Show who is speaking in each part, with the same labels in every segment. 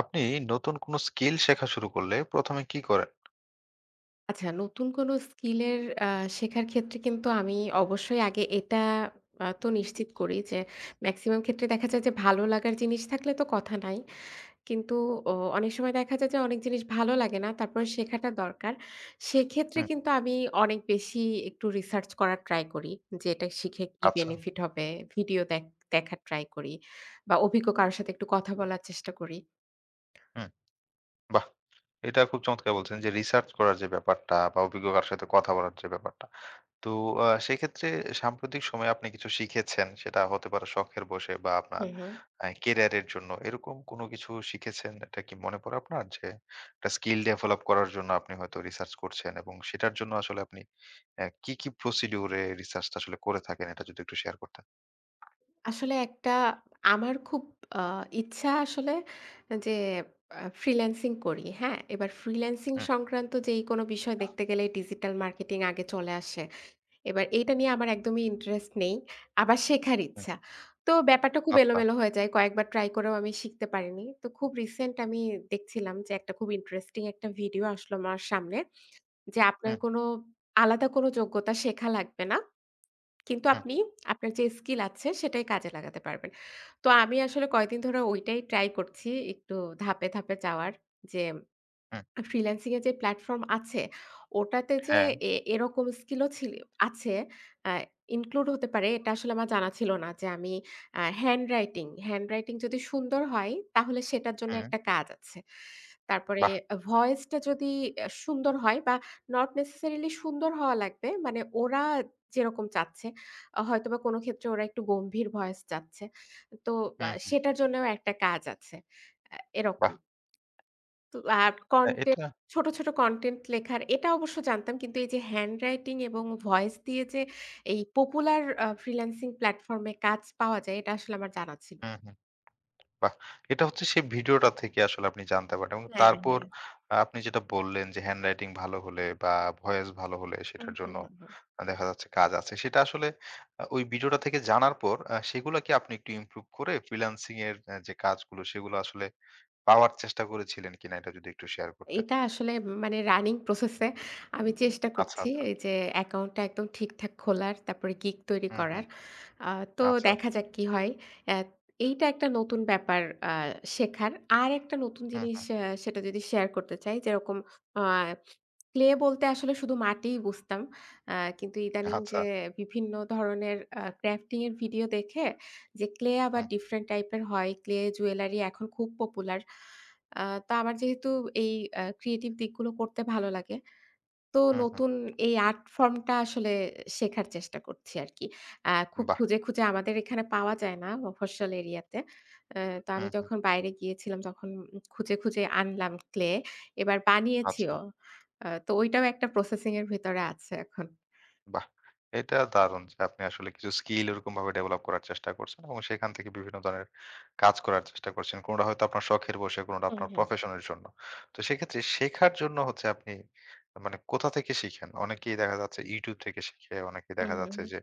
Speaker 1: আপনি নতুন কোনো স্কিল শেখা শুরু করলে ১ম এ কি করেন?
Speaker 2: আচ্ছা, নতুন কোনো স্কিলের আ শেখার ক্ষেত্রে কিন্তু আমি অবশ্যই আগে এটা তো নিশ্চিত করি যে মেক্সিমাম ক্ষেত্রে দেখা যায় যে ভালো লাগার জিনিস থাকলে তো কথা নাই। কিন্তু অনেক সময় দেখা যায় যে অনেক জিনিস ভালো লাগে না। তারপরে শেখাটা দরকার। সেক্ষেত্রে
Speaker 1: হুম।
Speaker 2: কিন্তু আমি অনেক বেশি একটু রিসার্চ করার ট্রাই করি যে এটা শিখে কি
Speaker 1: আচ্ছা।
Speaker 2: বেনিফিট হবে। ভিডিও দেখা ট্রাই করি বা অভিজ্ঞ কারো সাথে একটু কথা বলার চেষ্টা করি।
Speaker 1: হুম। বাহ! এটা খুব চমৎকার বলছেন যে রিসার্চ করার যে ব্যাপারটা বা অভিজ্ঞ কারো সাথে কথা বলার যে ব্যাপারটা। তো সেক্ষেত্রে সাম্প্রতিক সময়ে আপনি কিছু শিখেছেন সেটা হতে পারে শখের বশে বা আপনার
Speaker 2: হুম, হুম।
Speaker 1: কেরিয়ারের জন্য। এরকম কোনো কিছু শিখেছেন এটা কি মনে পড়ে আপনার? যে একটা স্কিল ডেভেলপ করার জন্য আপনি হয়তো রিসার্চ করছেন এবং সেটার জন্য আসলে আপনি কি, কি প্রসিডিউর এ রিসার্চটা আসলে করে থাকেন এটা যদি একটু শেয়ার করতেন?
Speaker 2: আসলে একটা আমার খুব আ ইচ্ছা আসলে যে ফ্রিল্যান্সিং করি। হ্যাঁ? এবার ফ্রিল্যান্সিং
Speaker 1: হুম,
Speaker 2: সংক্রান্ত যেই কোনো বিষয় দেখতে গেলে ডিজিটাল মার্কেটিং আগে চলে আসে। এবার এইটা নিয়ে আমার একদমই ইন্টারেস্ট নেই। আবার শেখার
Speaker 1: হুম।
Speaker 2: ইচ্ছা। তো ব্যাপারটা খুব
Speaker 1: আচ্ছা।
Speaker 2: এলোমেলো হয়ে যায়। কয়েকবার ট্রাই করেও আমি শিখতে পারিনি। তো খুব রিসেন্ট আমি দেখছিলাম যে একটা খুব ইন্টারেস্টিং একটা ভিডিও আসলো আমার সামনে। যে আপনার
Speaker 1: হুম।
Speaker 2: কোনো আলাদা কোনো যোগ্যতা শেখা লাগবে না। কিন্তু
Speaker 1: হুম,
Speaker 2: আপনি আপনার যে স্কিল আছে সেটাই কাজে লাগাতে পারবেন। তো আমি আসলে কয়েকদিন ধরে ওইটাই ট্রাই করছি একটু ধাপে, ধাপে যাওয়ার, যে
Speaker 1: হুম।
Speaker 2: ফ্রিল্যান্সিং এর যে প্ল্যাটফর্ম আছে, ওটাতে যে
Speaker 1: হ্যাঁ,
Speaker 2: এরকম স্কিলও আছে, আ ইনক্লুড হতে পারে এটা আসলে আমার জানা ছিল না যে আমি হ্যান্ড রাইটিং যদি সুন্দর হয় তাহলে সেটার জন্য
Speaker 1: হুম।
Speaker 2: একটা কাজ আছে। তারপরে
Speaker 1: বাহ!
Speaker 2: ভয়েসটা যদি সুন্দর হয় বা নট নেসেসারিলি সুন্দর হওয়া লাগবে। মানে ওরা যেরকম চাচ্ছে, হয়তোবা কোনো ক্ষেত্রে ওরা একটু গম্ভীর ভয়েস চাচ্ছে। তো
Speaker 1: হুম, হুম।
Speaker 2: সেটার জন্যও একটা কাজ আছে। এরকম।
Speaker 1: বাহ!
Speaker 2: তো আর
Speaker 1: হ্যাঁ, এটা
Speaker 2: ছোট, ছোট কনটেন্ট লেখার এটা অবশ্য জানতাম। কিন্তু এই যে হ্যান্ড রাইটিং এবং ভয়েস দিয়ে যে এই পপুলার ফ্রিল্যান্সিং প্ল্যাটফর্ম এ কাজ পাওয়া যায় এটা আসলে আমার জানা ছিল
Speaker 1: হুম, হুম। বাহ! এটা হচ্ছে সেই ভিডিওটা থেকে আসলে আপনি জানতে পারেন এবং
Speaker 2: না। হ্যাঁ,
Speaker 1: তারপর
Speaker 2: হ্যাঁ।
Speaker 1: আপনি যেটা বললেন যে হ্যান্ডরাইটিং ভালো হলে বা ভয়েস ভালো হলে
Speaker 2: হুম,
Speaker 1: সেটার
Speaker 2: হুম,
Speaker 1: জন্য
Speaker 2: হুম, হুম।
Speaker 1: দেখা যাচ্ছে কাজ আছে। সেটা আসলে ওই ভিডিওটা থেকে জানার পর সেগুলাকে আপনি একটু ইমপ্রুভ করে ফ্রিল্যান্সিং এর যে কাজগুলো সেগুলো আসলে পাওয়ার চেষ্টা করেছিলেন কিনা এটা যদি একটু শেয়ার করতেন?
Speaker 2: এটা আসলে মানে রানিং প্রসেস এ আমি চেষ্টা
Speaker 1: আচ্ছা,
Speaker 2: করছি
Speaker 1: আচ্ছা।
Speaker 2: এই যে অ্যাকাউন্টটা একদম ঠিকঠাক খোলার, তারপরে গিগ তৈরি
Speaker 1: হুম, হুম।
Speaker 2: করার। আ তো
Speaker 1: আচ্ছা।
Speaker 2: দেখা যাক কি হয়। অ্যা এইটা একটা নতুন ব্যাপার আ শেখার। আরেকটা নতুন
Speaker 1: হুম,
Speaker 2: জিনিস
Speaker 1: হুম।
Speaker 2: সেটা যদি শেয়ার করতে চাই যেরকম, আ ক্লে বলতে আসলে শুধু মাটিই বুঝতাম। কিন্তু ইদানিং
Speaker 1: আচ্ছা।
Speaker 2: যে বিভিন্ন ধরনের ক্রাফটিং এর ভিডিও দেখে যে ক্লে আবার
Speaker 1: হুম,
Speaker 2: ডিফারেন্ট টাইপের হয়, ক্লে জুয়েলারি এখন খুব পপুলার। আ তো আমার যেহেতু এই ক্রিয়েটিভ দিকগুলো করতে ভালো লাগে। তো
Speaker 1: হুম, হুম।
Speaker 2: নতুন এই আর্ট ফর্ম টা আসলে শেখার চেষ্টা করছি আরকি। খুব
Speaker 1: বাহ!
Speaker 2: খুঁজে, খুঁজে আমাদের এখানে পাওয়া যায় না মফস্বল এরিয়াতে। আ তো
Speaker 1: হুম,
Speaker 2: আমি
Speaker 1: হুম।
Speaker 2: যখন বাইরে গিয়েছিলাম তখন খুঁজে, খুঁজে আনলাম ক্লে। এবার
Speaker 1: আচ্ছা।
Speaker 2: বানিয়েছিও। তো ওইটাও একটা প্রসেসিং এর ভেতরে আছে এখন।
Speaker 1: বাহ! এটা দারুণ যে আপনি আসলে কিছু স্কিল ওরকমভাবে ডেভেলপ করার চেষ্টা করছেন এবং সেখান থেকে বিভিন্ন ধরনের কাজ করার চেষ্টা করছেন। কোনটা হয়তো আপনার শখের বশে, কোনটা
Speaker 2: হুম,
Speaker 1: আপনার
Speaker 2: হুম।
Speaker 1: প্রফেশনের জন্য। তো সেক্ষেত্রে শেখার জন্য হচ্ছে আপনি মানে কোথা থেকে শিখেন? অনেকেই দেখা যাচ্ছে YouTube থেকে শিখে, অনেকেই
Speaker 2: হুম,
Speaker 1: দেখা
Speaker 2: হুম,
Speaker 1: যাচ্ছে
Speaker 2: হুম।
Speaker 1: যে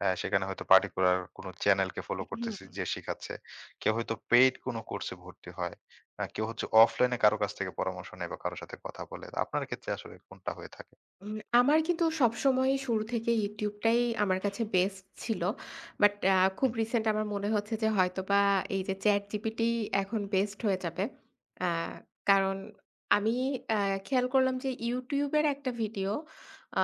Speaker 1: সেখানে হয়তো পার্টিকুলার কোনো চ্যানেলকে ফলো করতেছে
Speaker 2: হুম।
Speaker 1: যে শিখাচ্ছে। কেউ হয়তো পেইড কোনো কোর্সে ভর্তি হয়। কেউ হচ্ছে অফলাইনে কারো কাছ থেকে পরামর্শ নেয় বা কারো সাথে কথা বলে। আপনার ক্ষেত্রে আসলে কোনটা হয়ে থাকে?
Speaker 2: আমার কিন্তু সবসময়ই শুরু থেকেই YouTube টাই আমার কাছে বেস্ট ছিল। বাট খুব
Speaker 1: হুম,
Speaker 2: রিসেন্ট আমার মনে হচ্ছে যে হয়তোবা এই যে ChatGPT এখন বেস্ট হয়ে যাবে। আ কারণ আমি আ খেয়াল করলাম যে YouTube এর একটা ভিডিও, আ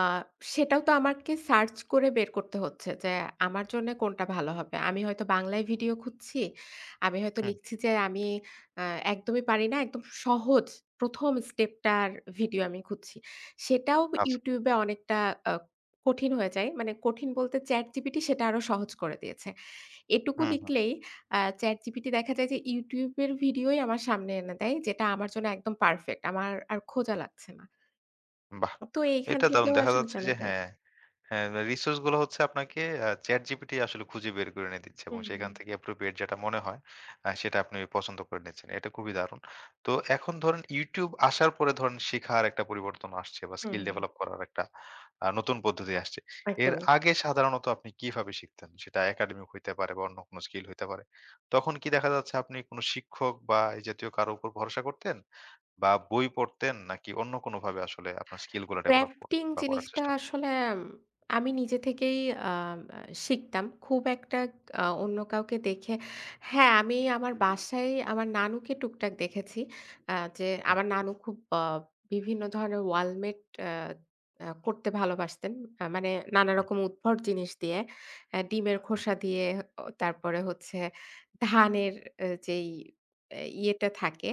Speaker 2: সেটাও তো আমাকে সার্চ করে বের করতে হচ্ছে যে আমার জন্যে কোনটা ভালো হবে। আমি হয়তো বাংলায় ভিডিও খুঁজছি। আমি হয়তো
Speaker 1: হুম,
Speaker 2: লিখছি যে আমি আ একদমই পারি না। একদম সহজ ১ম স্টেপটার ভিডিও আমি খুঁজছি। সেটাও
Speaker 1: আচ্ছা।
Speaker 2: YouTube এ অনেকটা আ কঠিন হয়ে যায়। মানে কঠিন বলতে ChatGPT সেটা আরো সহজ করে দিয়েছে। এটুকু
Speaker 1: হুম, হুম।
Speaker 2: লিখলেই ChatGPT দেখা যায় যে YouTube এর ভিডিওই আমার সামনে এনে দেয়, যেটা আমার জন্য একদম পারফেক্ট। আমার আর খোঁজা লাগছে না।
Speaker 1: বাহ!
Speaker 2: তো এইখান
Speaker 1: এটা দারুণ।
Speaker 2: থেকেও
Speaker 1: দেখা
Speaker 2: আসলে
Speaker 1: যাচ্ছে
Speaker 2: জানা
Speaker 1: যে
Speaker 2: যায়।
Speaker 1: হ্যাঁ, হ্যাঁ, রিসোর্স গুলো হচ্ছে আপনাকে ChatGPT আসলে খুঁজে বের করে এনে দিচ্ছে এবং
Speaker 2: হুম,
Speaker 1: সেখান
Speaker 2: হুম।
Speaker 1: থেকে appropriate যেটা মনে হয় সেটা আপনি পছন্দ করে নিচ্ছেন। এটা খুবই দারুণ। তো এখন ধরেন YouTube আসার পরে ধরেন শিখার একটা পরিবর্তন আসছে বা
Speaker 2: হুম,
Speaker 1: স্কিল
Speaker 2: হুম,
Speaker 1: ডেভেলপ
Speaker 2: হুম।
Speaker 1: করার একটা নতুন পদ্ধতি আসছে। এর
Speaker 2: একদমই।
Speaker 1: আগে সাধারণত আপনি কিভাবে শিখতেন? সেটা একাডেমিক হইতে পারে বা অন্য কোনো স্কিল হইতে পারে। তখন কি দেখা যাচ্ছে আপনি কোনো শিক্ষক বা এই জাতীয় কারো উপর ভরসা করতেন? বা বই পড়তেন নাকি অন্য কোনোভাবে আসলে আপনার স্কিল গুলা ডেভেলপ
Speaker 2: ক্রাফটিং
Speaker 1: করতেন বা করার
Speaker 2: জিনিসটা
Speaker 1: চেষ্টা করতেন?
Speaker 2: আসলে আমি নিজে থেকেই আ আ শিখতাম। খুব একটা অন্য কাউকে দেখে। হ্যাঁ, আমি আমার বাসায় আমার নানুকে টুকটাক দেখেছি। যে
Speaker 1: হুম,
Speaker 2: আমার নানু খুব বিভিন্ন ধরনের ওয়ালমেট আ আ করতে ভালোবাসতেন। মানে
Speaker 1: হুম,
Speaker 2: নানারকম উদ্ভট জিনিস দিয়ে। ডিমের
Speaker 1: হুম।
Speaker 2: খোসা দিয়ে, তারপরে হচ্ছে ধানের যেই ইয়েটা থাকে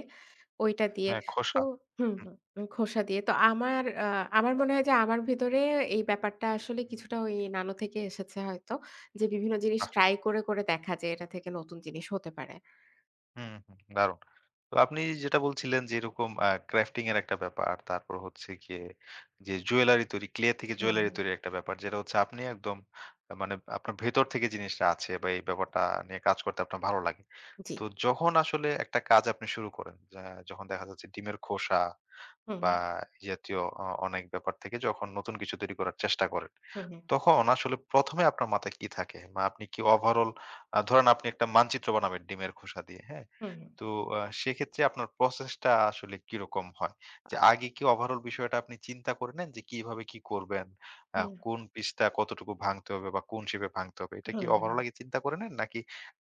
Speaker 2: ওইটা দিয়ে।
Speaker 1: হ্যাঁ,
Speaker 2: তো,
Speaker 1: খোসা।
Speaker 2: হুম।
Speaker 1: হুম,
Speaker 2: খোসা দিয়ে। তো আমার মনে হয় যে আমার ভেতরে এই ব্যাপারটা আসলে কিছুটা ওই নানু থেকে এসেছে হয়তো। যে বিভিন্ন জিনিস
Speaker 1: বাহ!
Speaker 2: ট্রাই করে, করে দেখা যে এটা থেকে নতুন জিনিস হতে পারে।
Speaker 1: হুম, হুম, দারুণ। তো আপনি যেটা বলছিলেন যে এরকম ক্রাফটিং এর একটা ব্যাপার, তারপর হচ্ছে গিয়ে যে জুয়েলারি তৈরি, ক্লে থেকে
Speaker 2: হুম,
Speaker 1: জুয়েলারি
Speaker 2: হুম।
Speaker 1: তৈরির একটা ব্যাপার যেটা হচ্ছে আপনি একদম মানে আপনার ভেতর থেকে জিনিসটা আছে বা এই ব্যাপারটা নিয়ে কাজ করতে আপনার ভালো লাগে।
Speaker 2: জি।
Speaker 1: তো যখন আসলে একটা কাজ আপনি শুরু করেন, যখন দেখা যাচ্ছে ডিমের খোসা
Speaker 2: হুম,
Speaker 1: বা
Speaker 2: হুম।
Speaker 1: এই জাতীয় অনেক ব্যাপার থেকে যখন নতুন কিছু তৈরি করার চেষ্টা করেন,
Speaker 2: হুম, হুম।
Speaker 1: তখন আসলে ১ম এ আপনার মাথায় কি থাকে? বা আপনি কি ওভারঅল ধরেন আপনি একটা মানচিত্র বানাবেন ডিমের খোসা দিয়ে, হ্যাঁ?
Speaker 2: হুম, হুম।
Speaker 1: তো সেক্ষেত্রে আপনার প্রসেসটা আসলে কিরকম হয়? যে
Speaker 2: আ
Speaker 1: আগে কি ওভারঅল বিষয়টা আপনি চিন্তা করে নেন যে কিভাবে কি করবেন?
Speaker 2: হুম,
Speaker 1: কোন পিসটা কতটুকু ভাঙতে হবে বা কোন শেপে ভাঙতে হবে? এটা কি
Speaker 2: হুম, হুম।
Speaker 1: ওভারঅল আগে চিন্তা করে নেন? নাকি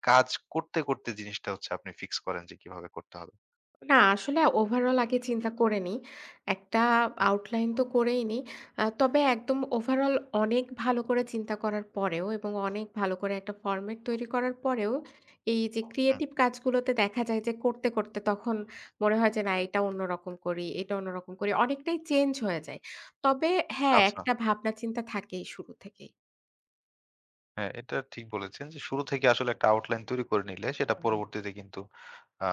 Speaker 1: কাজ করতে, করতে জিনিসটা হচ্ছে আপনি ফিক্স করেন যে কিভাবে করতে হবে?
Speaker 2: না, আসলে ওভারঅল আগে চিন্তা করিনি। একটা
Speaker 1: হুম,
Speaker 2: আউটলাইন তো করেই নিই। তবে একদম ওভারঅল অনেক ভালো করে চিন্তা করার পরেও এবং অনেক ভালো করে একটা ফরমেট তৈরি করার পরেও এই যে
Speaker 1: হুম।
Speaker 2: ক্রিয়েটিভ কাজগুলোতে দেখা যায় যে করতে, করতে তখন মনে হয় যে না এটা অন্যরকম করি, এটা অন্যরকম করি। অনেকটাই চেঞ্জ হয়ে যায়। তবে হ্যাঁ,
Speaker 1: আচ্ছা।
Speaker 2: একটা ভাবনা চিন্তা থাকেই শুরু থেকেই।
Speaker 1: হ্যাঁ, এটা ঠিক বলেছেন যে শুরু থেকে আসলে একটা আউটলাইন তৈরি করে নিলে সেটা
Speaker 2: হুম, হুম,
Speaker 1: পরবর্তীতে কিন্তু আ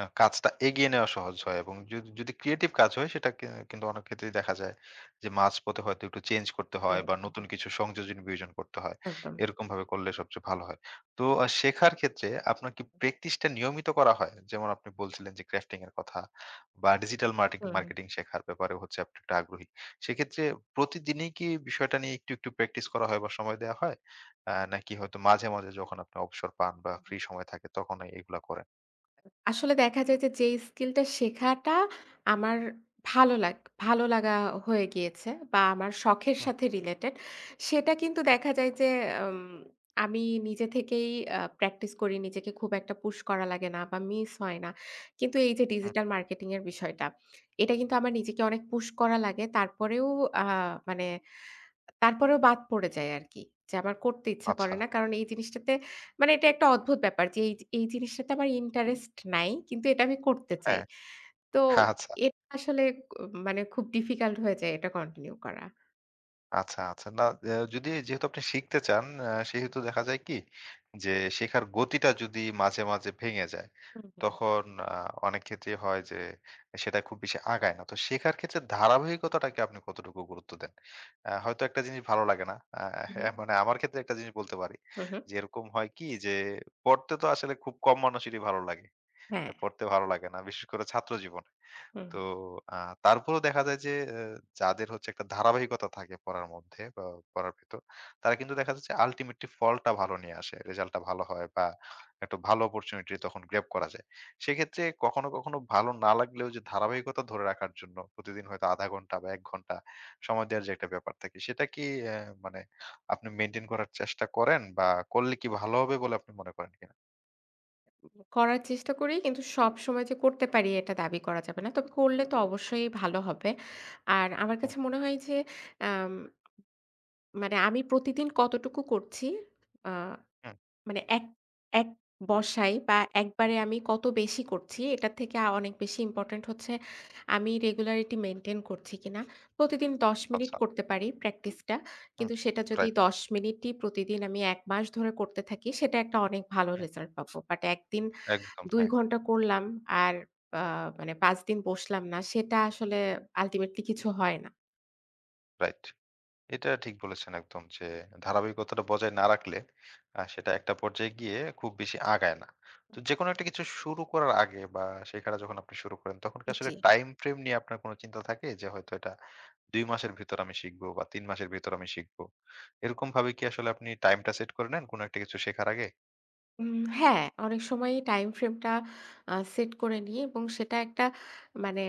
Speaker 1: আ কাজটা এগিয়ে নেওয়া সহজ হয় এবং যদি যদি ক্রিয়েটিভ কাজ হয় সেটা কি কিন্তু অনেক ক্ষেত্রেই দেখা যায় যে মাঝপথে হয়তো একটু চেঞ্জ করতে হয়
Speaker 2: হুম,
Speaker 1: বা
Speaker 2: হুম,
Speaker 1: নতুন
Speaker 2: হুম।
Speaker 1: কিছু সংযোজন বিয়োজন করতে হয়।
Speaker 2: একদম।
Speaker 1: এরকম ভাবে করলে সবচেয়ে ভালো হয়। তো শেখার ক্ষেত্রে আপনার কি প্র্যাকটিসটা নিয়মিত করা হয়? যেমন আপনি বলছিলেন যে ক্রাফটিং এর কথা বা ডিজিটাল
Speaker 2: হুম। হুম।
Speaker 1: মার্কেটিং শেখার ব্যাপারে হচ্ছে আপনি একটু আগ্রহী। সেক্ষেত্রে প্রতিদিনই কি বিষয়টা নিয়ে একটু, একটু প্র্যাকটিস করা হয় বা সময় দেয়া হয়? নাকি হয়তো মাঝে, মাঝে যখন আপনি অবসর পান বা ফ্রি সময় থাকে তখনই এগুলা করেন?
Speaker 2: আসলে দেখা যায় যে, যেই স্কিলটা শেখাটা আমার ভালো লাগ ভালো লাগা হয়ে গিয়েছে বা আমার শখের
Speaker 1: হুম,
Speaker 2: সাথে রিলেটেড, সেটা কিন্তু
Speaker 1: হুম,
Speaker 2: দেখা যায় যে আম আমি নিজে থেকেই প্র্যাকটিস করি। নিজেকে খুব একটা পুশ করা লাগে না বা মিস হয় না। কিন্তু এই যে
Speaker 1: হুম।
Speaker 2: ডিজিটাল মার্কেটিং এর বিষয়টা, এটা কিন্তু আমার নিজেকে অনেক পুশ করা লাগে। তারপরেও আ মানে তারপরেও বাদ পড়ে যায় আরকি। যে আমার করতে ইচ্ছা
Speaker 1: আচ্ছা,
Speaker 2: করে না। কারণ এই জিনিসটাতে মানে এটা একটা অদ্ভুত ব্যাপার যে এই জিনিসটাতে আমার ইন্টারেস্ট নাই। কিন্তু এটা আমি করতে চাই।
Speaker 1: হ্যাঁ।
Speaker 2: তো
Speaker 1: আচ্ছা,
Speaker 2: এটা আসলে ক মানে খুব ডিফিকাল্ট হয়ে যায় এটা কন্টিনিউ করা।
Speaker 1: আচ্ছা, আচ্ছা। না যদি যেহেতু আপনি শিখতে চান সেহেতু দেখা যায় কি যে শেখার গতিটা যদি মাঝে, মাঝে ভেঙে যায়
Speaker 2: হুম, হুম।
Speaker 1: তখন আ অনেক ক্ষেত্রেই হয় যে সেটা খুব বেশি আগায় না। তো শেখার ক্ষেত্রে ধারাবাহিকতাটাকে আপনি কতটুকু গুরুত্ব দেন? হয়তো একটা জিনিস ভালো লাগে না।
Speaker 2: হু, হু,
Speaker 1: হ্যাঁ, মানে আমার ক্ষেত্রে একটা জিনিস বলতে পারি
Speaker 2: হু, হু।
Speaker 1: যে এরকম হয় কি যে পড়তে তো আসলে খুব কম মানুষেরই ভালো লাগে।
Speaker 2: হ্যাঁ,
Speaker 1: পড়তে ভালো লাগে না। বিশেষ করে ছাত্র জীবনে।
Speaker 2: হুম,
Speaker 1: তো
Speaker 2: হুম।
Speaker 1: আ তারপরেও দেখা যায় যে এ যাদের হচ্ছে একটা ধারাবাহিকতা থাকে পড়ার মধ্যে বা পড়ার ভেতর, তারা কিন্তু দেখা যাচ্ছে আল্টিমেটলি ফলটা ভালো নিয়ে আসে। রেজাল্টটা ভালো হয় বা একটা ভালো অপরচুনিটি তখন গ্র্যাব করা যায়। সেক্ষেত্রে কখনো, কখনো ভালো না লাগলেও যে ধারাবাহিকতা ধরে রাখার জন্য প্রতিদিন হয়তো ০.৫ ঘন্টা বা ১ ঘন্টা সময় দেওয়ার যে একটা ব্যাপার থাকে, সেটা কি মানে আপনি মেইনটেইন করার চেষ্টা করেন বা করলে কি ভালো হবে বলে আপনি মনে করেন কিনা?
Speaker 2: করার চেষ্টা করি কিন্তু সবসময় যে করতে পারি এটা দাবি করা যাবে না। তবে করলে তো অবশ্যই ভালো হবে। আর আমার
Speaker 1: হুম,
Speaker 2: কাছে মনে হয় যে আম মানে আমি প্রতিদিন কতটুকু করছি, আ
Speaker 1: হুম,
Speaker 2: মানে এক এক বসায় বা একবারে আমি কত বেশি করছি এটার থেকে অনেক বেশি ইম্পোর্টেন্ট হচ্ছে আমি রেগুলারিটি মেইনটেইন করছি কিনা। প্রতিদিন ১০ মিনিট
Speaker 1: আচ্ছা।
Speaker 2: করতে পারি প্র্যাকটিসটা।
Speaker 1: হুম,
Speaker 2: কিন্তু সেটা যদি
Speaker 1: রাইট।
Speaker 2: ১০ মিনিটই প্রতিদিন আমি ১ মাস ধরে করতে থাকি সেটা একটা অনেক ভালো
Speaker 1: হুম।
Speaker 2: রেজাল্ট পাবো। বাট একদিন
Speaker 1: একদম
Speaker 2: ২
Speaker 1: হ্যাঁ,
Speaker 2: ঘন্টা করলাম আর আ মানে ৫ দিন বসলাম না সেটা আসলে আল্টিমেটলি কিছু হয় না।
Speaker 1: রাইট। এটা ঠিক বলেছেন একদম যে ধারাবাহিকতাটা বজায় না রাখলে সেটা একটা পর্যায়ে গিয়ে খুব বেশি আগায় না। তো যেকোনো একটা কিছু শুরু করার আগে বা সেখানে যখন আপনি শুরু করেন তখন কি আসলে
Speaker 2: জি।
Speaker 1: টাইম ফ্রেম নিয়ে আপনার কোনো চিন্তা থাকে যে হয়তো এটা ২ মাসের ভিতর আমি শিখবো বা ৩ মাসের ভিতর আমি শিখবো। এরকম ভাবে কি আসলে আপনি টাইমটা সেট করে নেন কোনো একটা কিছু শেখার আগে?
Speaker 2: হ্যাঁ, অনেক সময়ই টাইম ফ্রেমটা সেট করে নিই এবং সেটা একটা মানে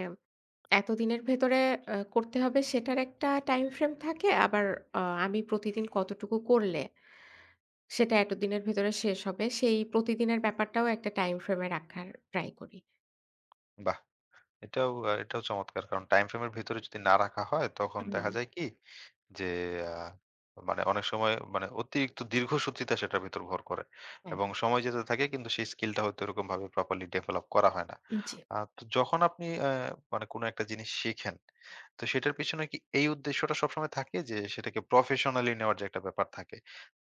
Speaker 2: এতদিনের ভেতরে করতে হবে সেটার একটা টাইম ফ্রেম থাকে। আবার আ আমি প্রতিদিন কতটুকু করলে সেটা এতদিনের ভেতরে শেষ হবে, সেই প্রতিদিনের ব্যাপারটাও একটা টাইম ফ্রেম এ রাখার ট্রাই করি।
Speaker 1: বাহ! এটাও চমৎকার। কারণ টাইম ফ্রেম এর ভিতরে যদি না রাখা হয় তখন
Speaker 2: হুম,
Speaker 1: দেখা যায় কি যে আ মানে অনেক সময় মানে অতিরিক্ত দীর্ঘসূত্রিতা সেটার ভেতর ভর করে।
Speaker 2: হ্যাঁ,
Speaker 1: এবং সময় যেতে থাকে কিন্তু সেই স্কিলটা হয়তো এরকমভাবে প্রপারলি ডেভেলপ করা হয় না।
Speaker 2: জি।
Speaker 1: তো যখন আপনি মানে কোনো একটা জিনিস শিখেন, তো সেটার পিছনে কি এই উদ্দেশ্যটা সবসময় থাকে যে সেটাকে প্রফেশনালি নেওয়ার যে একটা ব্যাপার থাকে।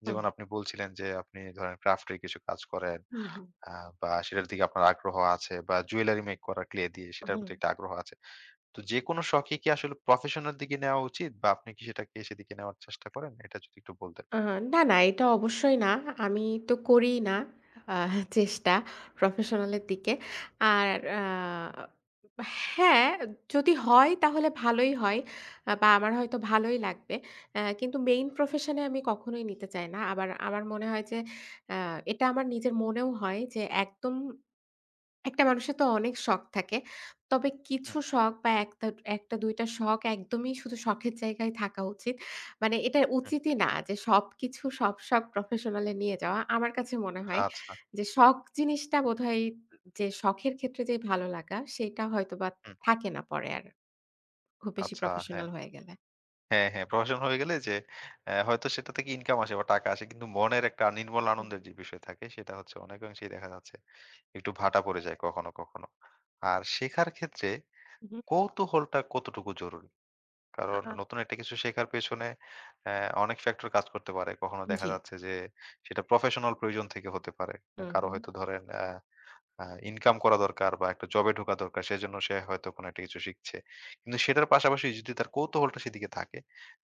Speaker 2: হুম,
Speaker 1: যেমন আপনি বলছিলেন যে আপনি ধরেন ক্রাফট এর কিছু কাজ করেন
Speaker 2: হুম, হুম,
Speaker 1: আ বা সেটার দিকে আপনার আগ্রহ আছে বা জুয়েলারি মেক করা ক্লে দিয়ে সেটার
Speaker 2: হুম।
Speaker 1: প্রতি একটা আগ্রহ আছে। তো যেকোনো শখই কি আসলে প্রফেশন এর দিকে নেওয়া উচিত বা আপনি কি সেটাকে সেদিকে নেওয়ার চেষ্টা করেন? এটা যদি একটু বলতেন।
Speaker 2: আ না, না, এটা অবশ্যই না। আমি তো করিই না আ চেষ্টা প্রফেশনালের দিকে। আর আ হ্যাঁ, যদি হয় তাহলে ভালোই হয়, বা আমার হয়তো ভালোই লাগবে। কিন্তু মেইন প্রফেশন এ আমি কখনোই নিতে চাই না। আবার আমার মনে হয় যে, আ এটা আমার নিজের মনেও হয় যে একদম একটা মানুষের তো অনেক শখ থাকে। তবে
Speaker 1: হুম,
Speaker 2: কিছু শখ বা ১ ২ টা শখ একদমই শুধু শখের জায়গায় থাকা উচিত। মানে এটা
Speaker 1: হুম।
Speaker 2: উচিতই না যে সবকিছু সব শখ প্রফেশনাল এ নিয়ে যাওয়া। আমার কাছে মনে হয়
Speaker 1: আচ্ছা,
Speaker 2: যে শখ জিনিসটা বোধহয় যে শখের ক্ষেত্রে যে ভালো লাগা সেটা হয়তোবা
Speaker 1: হুম,
Speaker 2: থাকে না পরে আর খুব বেশি
Speaker 1: আচ্ছা, হ্যাঁ।
Speaker 2: প্রফেশনাল হয়ে গেলে।
Speaker 1: হ্যাঁ, হ্যাঁ, প্রফেশন হয়ে গেলে যে হয়তো সেটা থেকে ইনকাম আসে বা টাকা আসে কিন্তু মনের একটা নির্মল
Speaker 2: হুম,
Speaker 1: আনন্দের যে বিষয় থাকে সেটা হচ্ছে অনেকাংশেই দেখা যাচ্ছে একটু ভাটা পড়ে যায় কখনো, কখনো। আর শেখার ক্ষেত্রে
Speaker 2: হুম।
Speaker 1: কৌতূহলটা কতটুকু জরুরি? কারণ
Speaker 2: আ
Speaker 1: নতুন একটা কিছু শেখার পেছনে অ্যা অনেক ফ্যাক্টর কাজ করতে পারে। কখনো দেখা
Speaker 2: জি।
Speaker 1: যাচ্ছে যে সেটা প্রফেশনাল প্রয়োজন থেকে হতে পারে।
Speaker 2: হুম,
Speaker 1: কারো
Speaker 2: হুম।
Speaker 1: হয়তো ধরেন আ আ ইনকাম করা দরকার বা একটা জবে ঢোকা দরকার। সেজন্য সে হয়তো কোনো একটা কিছু শিখছে। কিন্তু সেটার পাশাপাশি যদি তার কৌতূহলটা সেদিকে থাকে,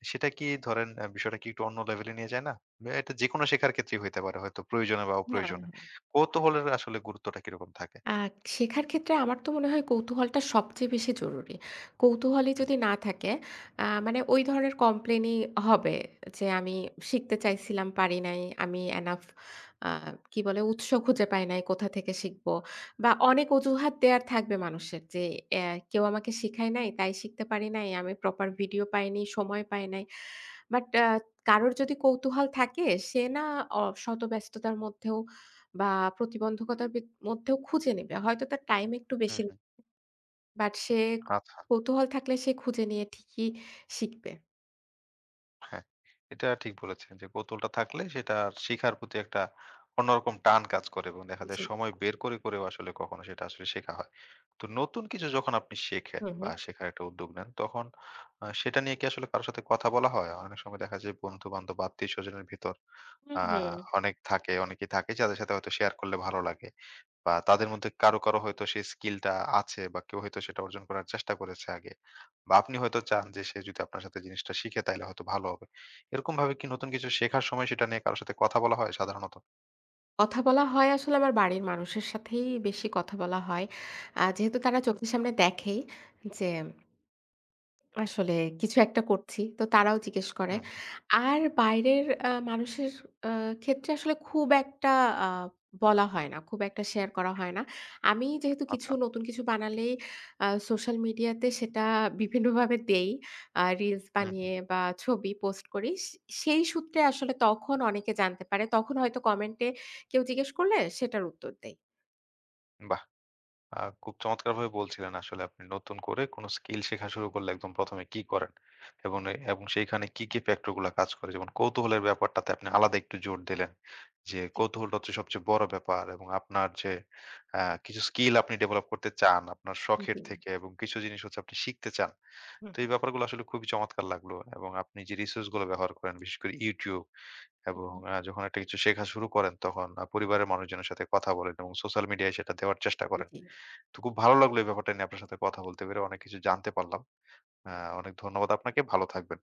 Speaker 1: সেটা কি ধরেন বিষয়টা কি একটু অন্য লেভেলে নিয়ে যায় না? বা এটা যেকোনো শেখার ক্ষেত্রেই হইতে পারে হয়তো প্রয়োজনে বা
Speaker 2: হ্যাঁ।
Speaker 1: অপ্রয়োজনে। কৌতূহলের আসলে গুরুত্বটা কিরকম থাকে?
Speaker 2: আ শেখার ক্ষেত্রে আমার তো মনে হয় কৌতূহলটা সবচেয়ে বেশি জরুরি। কৌতূহলই
Speaker 1: হুম,
Speaker 2: যদি না থাকে, মানে ওই ধরনের কমপ্লেনই হবে যে, "আমি শিখতে চাইছিলাম, পারি নাই। আমি এনাফ আ কি বলে? উৎস খুঁজে পাই নাই, কোথা থেকে শিখবো?" বা অনেক অজুহাত দেয়ার থাকবে মানুষের যে, "অ্যা কেউ আমাকে শিখায় নাই, তাই শিখতে পারি নাই। আমি প্রপার ভিডিও পাইনি, সময় পাই নাই।" বাট কারোর যদি কৌতূহল থাকে সে না, অ শত ব্যস্ততার মধ্যেও বা প্রতিবন্ধকতার ভিত মধ্যেও খুঁজে নেবে। হয়তো তার টাইম একটু
Speaker 1: হুম,
Speaker 2: বেশি,
Speaker 1: হুম।
Speaker 2: বাট
Speaker 1: আচ্ছা।
Speaker 2: কৌতূহল থাকলে সে খুঁজে নিয়ে ঠিকই শিখবে।
Speaker 1: হ্যাঁ, এটা ঠিক বলেছেন যে কৌতুহলটা থাকলে সেটা শিখার প্রতি একটা অন্যরকম টান কাজ করে এবং দেখা যায়
Speaker 2: জি।
Speaker 1: সময় বের করে করেও আসলে কখনো সেটা আসলে শেখা হয়। তো নতুন কিছু যখন আপনি শেখেন
Speaker 2: হুম,
Speaker 1: বা
Speaker 2: হুম।
Speaker 1: শেখার একটা উদ্যোগ নেন তখন সেটা নিয়ে কি আসলে কারো সাথে কথা বলা হয়? অনেক সময় দেখা যায় বন্ধু-বান্ধব বা আত্মীয়স্বজনের ভেতর
Speaker 2: হুম,
Speaker 1: আ
Speaker 2: হুম।
Speaker 1: অনেকেই থাকে যাদের সাথে হয়তো শেয়ার করলে ভালো লাগে। বা তাদের মধ্যে কারো, কারো হয়তো সেই স্কিলটা আছে বা কেউ হয়তো সেটা অর্জন করার চেষ্টা করেছে আগে। বা আপনি হয়তো চান যে সে যদি আপনার সাথে জিনিসটা শিখে তাইলে হয়তো ভালো হবে। এরকমভাবে কি নতুন কিছু শেখার সময় সেটা নিয়ে কারো সাথে কথা বলা হয় সাধারণত?
Speaker 2: কথা বলা হয় আসলে আমার বাড়ির মানুষের সাথেই বেশি কথা বলা হয়। যেহেতু তারা চোখের সামনে দেখেই যে আসলে কিছু একটা করছি। তো তারাও জিজ্ঞেস করে।
Speaker 1: হুম,
Speaker 2: আর বাইরের মানুষের আ ক্ষেত্রে আসলে খুব একটা আ বলা হয় না। খুব একটা শেয়ার করা হয় না। আমি যেহেতু
Speaker 1: আচ্ছা।
Speaker 2: নতুন কিছু বানালেই সোশ্যাল মিডিয়াতে সেটা বিভিন্নভাবে দেই। Reels
Speaker 1: hmm, hmm.
Speaker 2: বানিয়ে বা ছবি পোস্ট করি। সেই সূত্রে আসলে তখন অনেকে জানতে পারে। তখন হয়তো কমেন্টে কেউ জিজ্ঞেস করলে সেটার উত্তর দেই।
Speaker 1: বাহ! আ খুব চমৎকারভাবে বলছিলেন আসলে আপনি নতুন করে কোন স্কিল শেখা শুরু করলে একদম ১ম এ কি করেন? এবং এ এবং সেইখানে কি, কি ফ্যাক্টর গুলা কাজ করে? যেমন কৌতূহলের ব্যাপারটাতে আপনি আলাদা একটু জোর দিলেন। যে
Speaker 2: জি,
Speaker 1: কৌতূহলটা হচ্ছে সবচেয়ে বড় ব্যাপার এবং আপনার যে আ কিছু স্কিল আপনি ডেভেলপ করতে চান আপনার শখের
Speaker 2: জি।
Speaker 1: থেকে এবং কিছু জিনিস হচ্ছে আপনি শিখতে চান।
Speaker 2: হুম,
Speaker 1: তো এই ব্যাপারগুলো আসলে খুবই চমৎকার লাগলো এবং আপনি যে রিসোর্স গুলো ব্যবহার করেন বিশেষ করে YouTube এবং
Speaker 2: হুম।
Speaker 1: যখন একটা কিছু শেখা শুরু করেন তখন পরিবারের মানুষজনের সাথে কথা বলেন এবং সোশ্যাল মিডিয়ায় সেটা দেওয়ার চেষ্টা
Speaker 2: হুম,
Speaker 1: করেন।
Speaker 2: জি।
Speaker 1: তো খুব ভালো লাগলো এই ব্যাপারটা নিয়ে আপনার সাথে কথা বলতে পেরে। অনেক কিছু জানতে পারলাম। আ অনেক ধন্যবাদ আপনাকে। ভালো থাকবেন।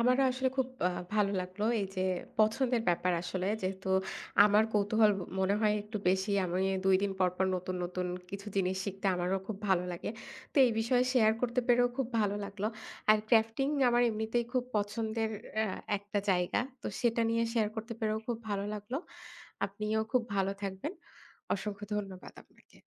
Speaker 2: আমারও আসলে খুব ভালো লাগলো। এই যে পছন্দের ব্যাপার আসলে। যেহেতু আমার কৌতূহল মনে হয় একটু বেশি। আমি ২ দিন পর, পর নতুন, নতুন কিছু জিনিস শিখতে আমারও খুব ভালো লাগে। তো এই বিষয়ে শেয়ার করতে পেরেও খুব ভালো লাগলো। আর ক্রাফটিং আমার এমনিতেই খুব পছন্দের অ্যা একটা জায়গা। তো সেটা নিয়ে শেয়ার করতে পেরেও খুব ভালো লাগলো। আপনিও খুব ভালো থাকবেন। অসংখ্য ধন্যবাদ আপনাকে।